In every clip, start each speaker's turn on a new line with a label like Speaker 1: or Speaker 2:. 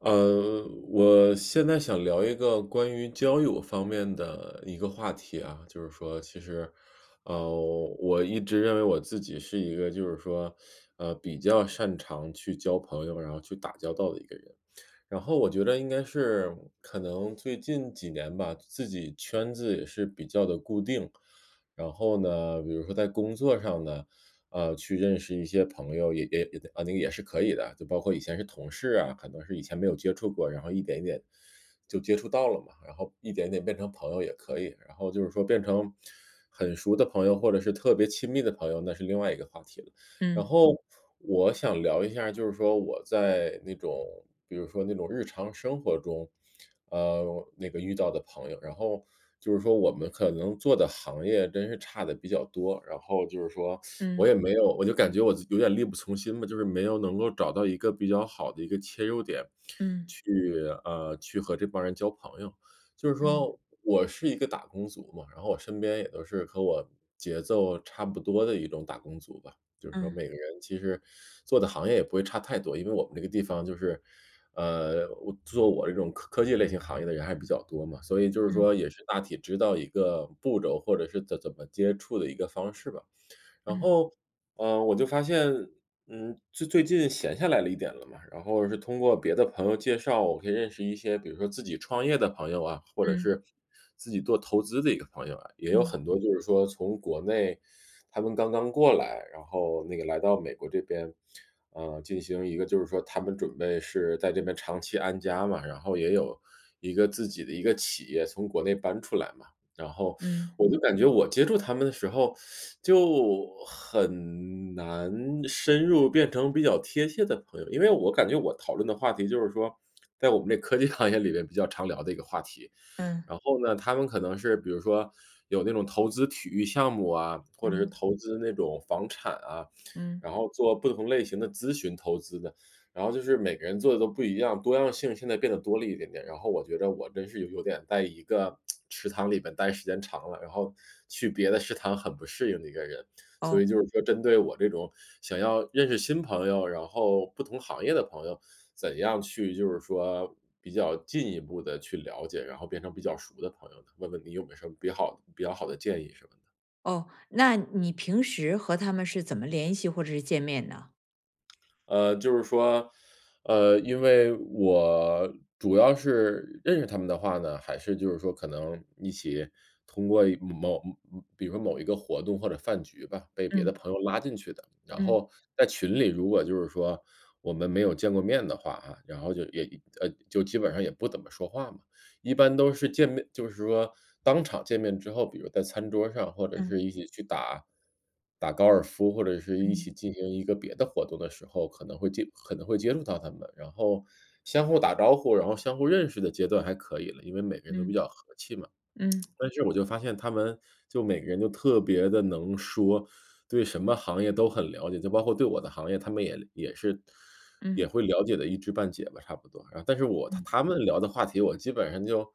Speaker 1: 呃，我现在想聊一个关于交友方面的一个话题啊，就是说，其实，呃，我一直认为我自己是一个，就是说，比较擅长去交朋友，然后去打交道的一个人。然后我觉得应该是可能最近几年吧，自己圈子也是比较的固定。然后呢，比如说在工作上呢，去认识一些朋友也啊，那个也是可以的，就包括以前是同事啊，可能是以前没有接触过，然后一点一点就接触到了嘛，然后一点一点变成朋友也可以。然后就是说变成很熟的朋友，或者是特别亲密的朋友，那是另外一个话题了。然
Speaker 2: 嗯
Speaker 1: 后我想聊一下，就是说我在那种比如说那种日常生活中，那个遇到的朋友，然后就是说我们可能做的行业真是差的比较多，然后就是说
Speaker 2: 嗯
Speaker 1: 我也没有我就感觉我有点力不从心吧，就是没有能够找到一个比较好的一个切入点，
Speaker 2: 嗯
Speaker 1: 去去和这帮人交朋友。就是
Speaker 2: 嗯
Speaker 1: 说我是一个打工族嘛，然后我身边也都是和我节奏差不多的一种打工族吧。就是说
Speaker 2: 嗯
Speaker 1: 每个人其实做的行业也不会差太多，因为我们这个地方就是，我做我这种科技类型行业的人还比较多嘛，所以就是说
Speaker 2: 嗯
Speaker 1: 也是大体知道一个步骤，或者是怎么接触的一个方式吧。然
Speaker 2: 嗯
Speaker 1: 后，我就发现，嗯，就最近闲下来了一点了嘛，然后是通过别的朋友介绍，我可以认识一些，比如说自己创业的朋友啊，或者
Speaker 2: 嗯
Speaker 1: 是
Speaker 2: 嗯
Speaker 1: 自己做投资的一个朋友啊，也有
Speaker 2: 嗯
Speaker 1: 很多就是说从国内他们刚刚过来，然后那个来到美国这边，进行一个就是说他们准备是在这边长期安家嘛，然后也有一个自己的一个企业从国内搬出来嘛，然后
Speaker 2: 嗯。
Speaker 1: 我就感觉我接触他们的时候，就很难深入变成比较贴切的朋友。因为我感觉我讨论的话题就是说，在我们这科技行业里面比较常聊的一个话题，然后呢，他们可能是比如说有那种投资体育项目啊，或者是
Speaker 2: 嗯
Speaker 1: 投资那种房产啊，
Speaker 2: 嗯。
Speaker 1: 然后做不同类型的咨询投资的，然后就是每个人做的都不一样，多样性现在变得多了一点点。然后我觉得我真是有点在一个 池塘里边待时间长了，然后去别的食堂很不适应的一个人。所
Speaker 2: 哦
Speaker 1: 以就是说针对我这种想要认识新朋友，然后不同行业的朋友，怎样去就是说比较进一步的去了解，然后变成比较熟的朋友呢？问问你有没有什么比较好的建议什么的？
Speaker 2: 哦，那你平时和他们是怎么联系或者是见面的？
Speaker 1: 就是说，因为我主要是认识他们的话呢，还是就是说可能一起通过一某嗯比如说某一个活动或者饭局吧，被别的朋友拉进去的。然后在群里如果就是说我们没有见过面的话啊，然后就也就基本上也不怎么说话嘛。一般都是见面就是说当场见面之后，比如在餐桌上，或者是一起去打高尔夫，或者是一起
Speaker 2: 嗯
Speaker 1: 进行一个别的活动的时候，可能会接触到他们，然后相互打招呼，然后相互认识的阶段还可以了，因为每个人都比
Speaker 2: 嗯
Speaker 1: 较和气嘛。
Speaker 2: 嗯嗯
Speaker 1: 但是我就发现他们就每个人就特别的能说，对什么行业都很了解，就包括对我的行业，他们
Speaker 2: 嗯
Speaker 1: 也
Speaker 2: 嗯。
Speaker 1: 会了解的一知半解吧，差不多。然后但是我他
Speaker 2: 嗯
Speaker 1: 他们聊的话题，我基本上就，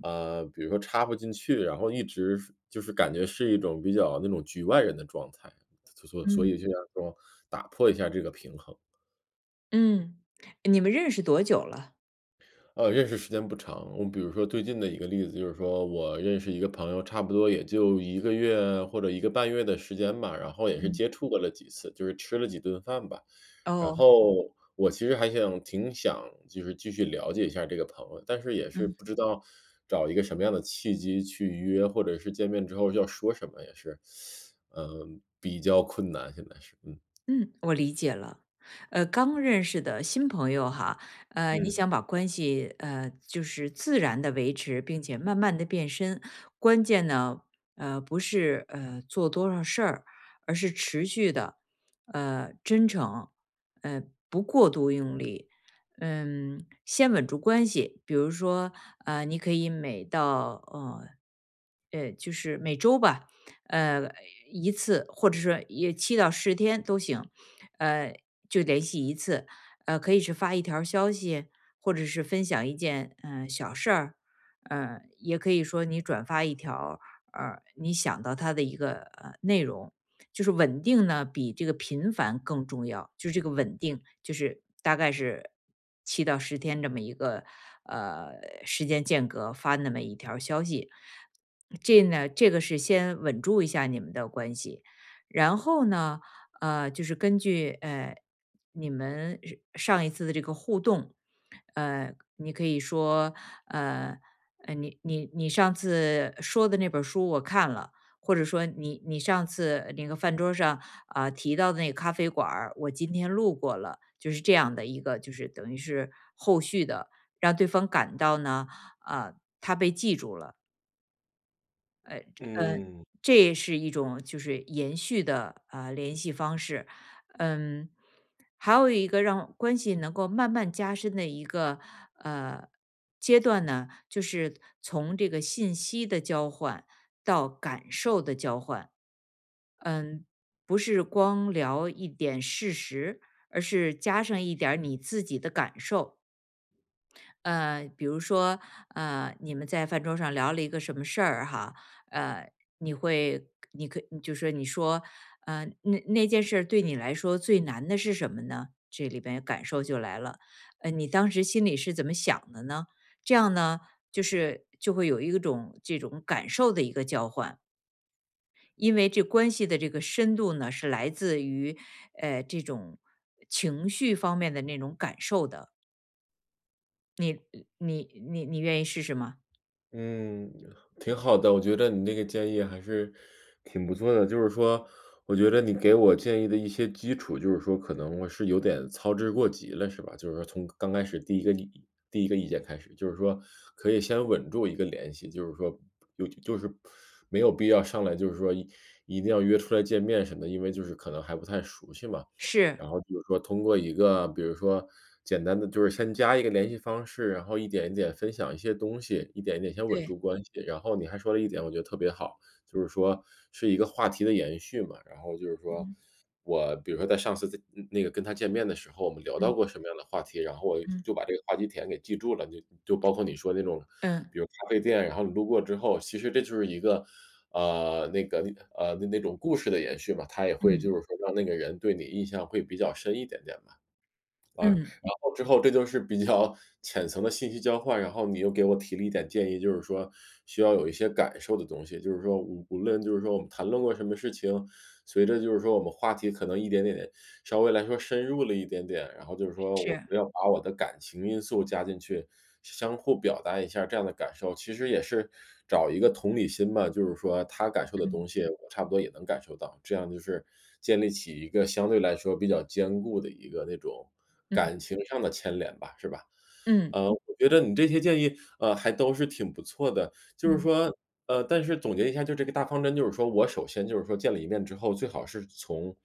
Speaker 1: 比如说插不进去，然后一直是就是感觉是一种比较那种局外人的状态，所所所
Speaker 2: 嗯嗯
Speaker 1: 以就想说打破一下这个平衡。
Speaker 2: 嗯，你们认识多久了？
Speaker 1: 认识时间不长。我比如说最近的一个例子，就是说我认识一个朋友，差不多也就一个月或者一个半月的时间吧，然后也是
Speaker 2: 嗯。
Speaker 1: 接触过了几次，就是吃了几顿饭吧。然
Speaker 2: 哦，
Speaker 1: 后我其实挺想就是继续了解一下这个朋友，但是也是
Speaker 2: 嗯。
Speaker 1: 不知道找一个什么样的契机去约，或者是见面之后要说什么也是，嗯，比较困难，现在是，嗯。
Speaker 2: 嗯，我理解了。刚认识的新朋友哈，你想把关系就是自然的维持，并且慢慢的变深，关键呢，不是做多少事儿，而是持续的，真诚，呃，不过度用力，嗯，先稳住关系。比如说，你可以每到就是每周吧，呃，一次，或者说也七到十天都行，呃，就联系一次。可以是发一条消息，或者是分享一件，小事儿，也可以说你转发一条，你想到他的一个，内容。就是稳定呢，比这个频繁更重要。就是这个稳定，就是大概是七到十天这么一个呃时间间隔发那么一条消息。这呢，这个是先稳住一下你们的关系，然后呢，就是根据你们是上一次的这个互动，你可以说，呃，你上次说的那本书我看了，或者说你上次那个饭桌上啊、提到的那个咖啡馆儿我今天路过了，就是这样的一个，就是等于是后续的，让对方感到呢，啊，他被记住了，嗯，
Speaker 1: 嗯，嗯。
Speaker 2: 这也是一种就是延续的啊、联系方式，嗯，还有一个让关系能够慢慢加深的一个呃阶段呢，就是从这个信息的交换到感受的交换。嗯，不是光聊一点事实，而是加上一点儿你自己的感受。比如说，你们在饭桌上聊了一个什么事儿哈，呃，你会，你可，就说你说，那件事儿对你来说最难的是什么呢？这里边感受就来了，你当时心里是怎么想的呢？这样呢，就是就会有一种这种感受的一个交换。因为这关系的这个深度呢，是来自于这种情绪方面的那种感受的。你你愿意试试吗？
Speaker 1: 嗯，挺好的，我觉得你那个建议还是挺不错的。就是说，我觉得你给我建议的一些基础，就是说可能我是有点操之过急了，是吧？就是说从刚开始第一个意见开始，就是说可以先稳住一个联系，就是说有就是没有必要上来就是说一定要约出来见面什么的，因为就是可能还不太熟悉嘛。
Speaker 2: 是，
Speaker 1: 然后就是说通过一个比如说简单的就是先加一个联系方式，然后一点一点分享一些东西，一点一点先稳
Speaker 2: 对，
Speaker 1: 住关系。然后你还说了一点，我觉得特别好，就是说是一个话题的延续嘛。然后就是说，
Speaker 2: 嗯
Speaker 1: 我比如说在上次在嗯那个跟他见面的时候，我们聊到
Speaker 2: 嗯
Speaker 1: 过什么样的话题，然后我就
Speaker 2: 嗯
Speaker 1: 就把这个话题点给记住了。就包括你说那种，
Speaker 2: 嗯
Speaker 1: 比如咖啡店，然后你路过之后，其实这就是一个，呃，那个那种故事的延续嘛，他也会
Speaker 2: 嗯
Speaker 1: 就是说让那个人对你印象会比较深一点点嘛。啊
Speaker 2: 嗯，
Speaker 1: 然后之后这就是比较 浅层的信息交换，然后你又给我提了一点建议，就是说需要有一些感受的东西，就是说无论就是说我们谈论过什么事情，随着就是说我们话题可能一点点稍微来说深入了一点点，然后就是说我
Speaker 2: 是，
Speaker 1: 不要把我的感情因素加进去，相互表达一下这样的感受，其实也是找一个同理心吧，就是说他感受的
Speaker 2: 嗯
Speaker 1: 东西，我差不多也能感受到，这样就是建立起一个相对来说比较坚固的一个那种
Speaker 2: 嗯
Speaker 1: 感情上的牵连吧，是吧？
Speaker 2: 嗯
Speaker 1: 我觉得你这些建议，还都是挺不错的。就是
Speaker 2: 嗯
Speaker 1: 说，但是总结一下，就这个大方针，就是说我首先就是说见了一面之后，最好是从，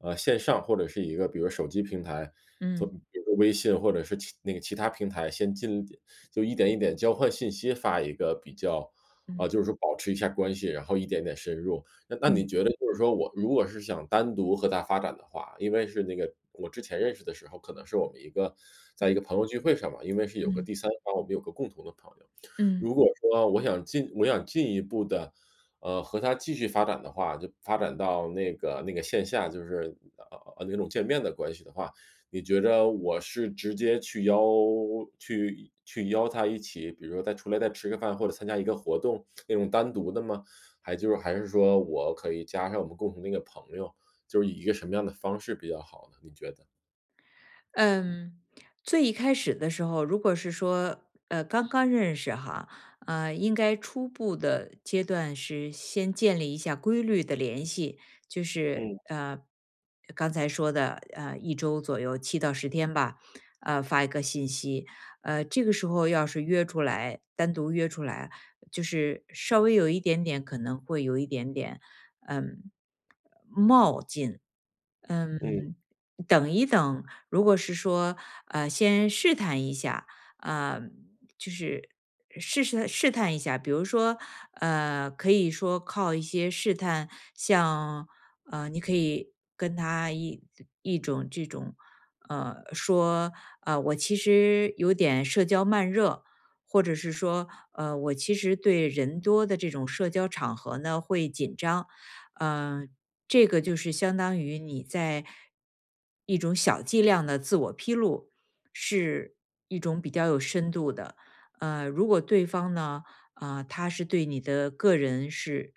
Speaker 1: 线上或者是一个比如手机平台，从
Speaker 2: 嗯
Speaker 1: 比如说微信或者是其那个其他平台，先进，就一点一点交换信息，发一个比较，啊、就
Speaker 2: 嗯
Speaker 1: 是说保持一下关系，然后一点点深入。那你觉
Speaker 2: 嗯
Speaker 1: 得就是说我如果是想单独和他发展的话，因为是那个我之前认识的时候，可能是我们一个在一个朋友聚会上嘛，因为是有个
Speaker 2: 嗯
Speaker 1: 第三方，我们有个共同的朋友。
Speaker 2: 嗯。
Speaker 1: 如果说我想进一步的，和他继续发展的话，就发展到那个线下，就是，那种见面的关系的话，你觉着我是直接去去邀他一起，比如说再出来再吃个饭，或者参加一个活动，那种单独的吗？还是说我可以加上我们共同的一个朋友，就是以一个什么样的方式比较好呢？你觉得？
Speaker 2: 嗯，最一开始的时候，如果是说，刚刚认识哈，应该初步的阶段是先建立一下规律的联系，就是
Speaker 1: 嗯
Speaker 2: 刚才说的，一周左右，七到十天吧，发一个信息，这个时候要是约出来，单独约出来，就是稍微有一点点，可能会有一点点，嗯。
Speaker 1: 嗯。
Speaker 2: 嗯，等一等，如果是说，先试探一下，呃，就是试探一下，比如说，可以说靠一些试探，像，你可以跟他一种这种，说，我其实有点社交慢热，或者是说，我其实对人多的这种社交场合呢会紧张，嗯、这个就是相当于你在一种小剂量的自我披露，是一种比较有深度的。如果对方呢，他是对你的个人是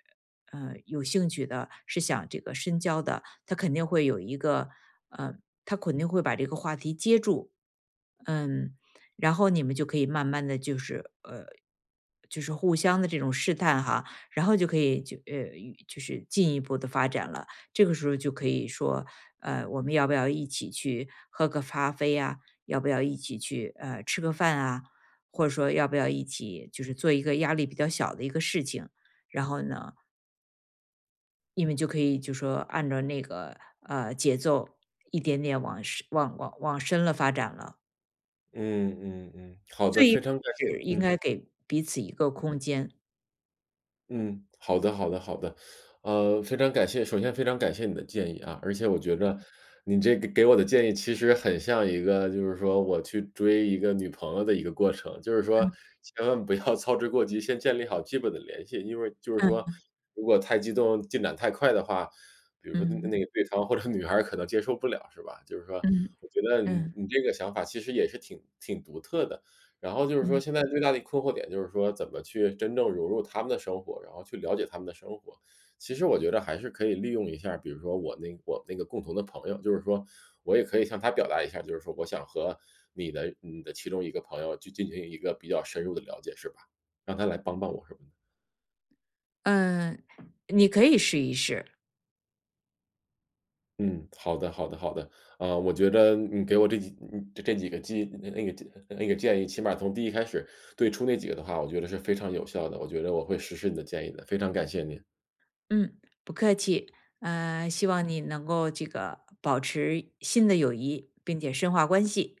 Speaker 2: 有兴趣的，是想这个深交的，他肯定会有一个呃，他肯定会把这个话题接住，嗯，然后你们就可以慢慢的就是就是互相的这种试探哈，然后就可以就就是进一步的发展了。这个时候就可以说，我们要不要一起去喝个咖啡啊？要不要一起去，吃个饭啊？或者说要不要一起就是做一个压力比较小的一个事情。然后呢，你们就可以就说按照那个，节奏一点点往深了发展了。
Speaker 1: 嗯嗯嗯，好的，非
Speaker 2: 最
Speaker 1: 常感谢
Speaker 2: 是应
Speaker 1: 嗯。
Speaker 2: 该给彼此一个空间。
Speaker 1: 嗯，好的，好的，好的。非常感谢，首先非常感谢你的建议啊，而且我觉着嗯你这个给我的建议其实很像一个就是说我去追一个女朋友的一个过程。就是说
Speaker 2: 嗯
Speaker 1: 千万不要操之过急，先建立好基本的联系。因为就是说
Speaker 2: 嗯
Speaker 1: 如果太激动、进展太快的话，比如说那
Speaker 2: 嗯
Speaker 1: 那个对方或者女孩儿可能接受不了，是吧？就是说
Speaker 2: 嗯
Speaker 1: 我觉得你
Speaker 2: 嗯
Speaker 1: 你这个想法其实也是挺独特的。然后就是说
Speaker 2: 嗯。
Speaker 1: 现在最大的困惑点就是说怎么去真正融入他们的生活，然后去了解他们的生活。其实我觉得还是可以利用一下，比如说我那个共同的朋友，就是说我也可以向他表达一下，就是说我想和你的其中一个朋友去进行一个比较深入的了解，是吧？让他来帮帮我什么的。
Speaker 2: 嗯，你可以试一试，
Speaker 1: 嗯，好的，好的，好的。啊，我觉得你给我这几个建那个建那个建议，起码从第一开始对出那几个的话，我觉得是非常有效的。我觉得我会实施你的建议的，非常感谢您。
Speaker 2: 嗯，不客气，希望你能够这个保持新的友谊，并且深化关系。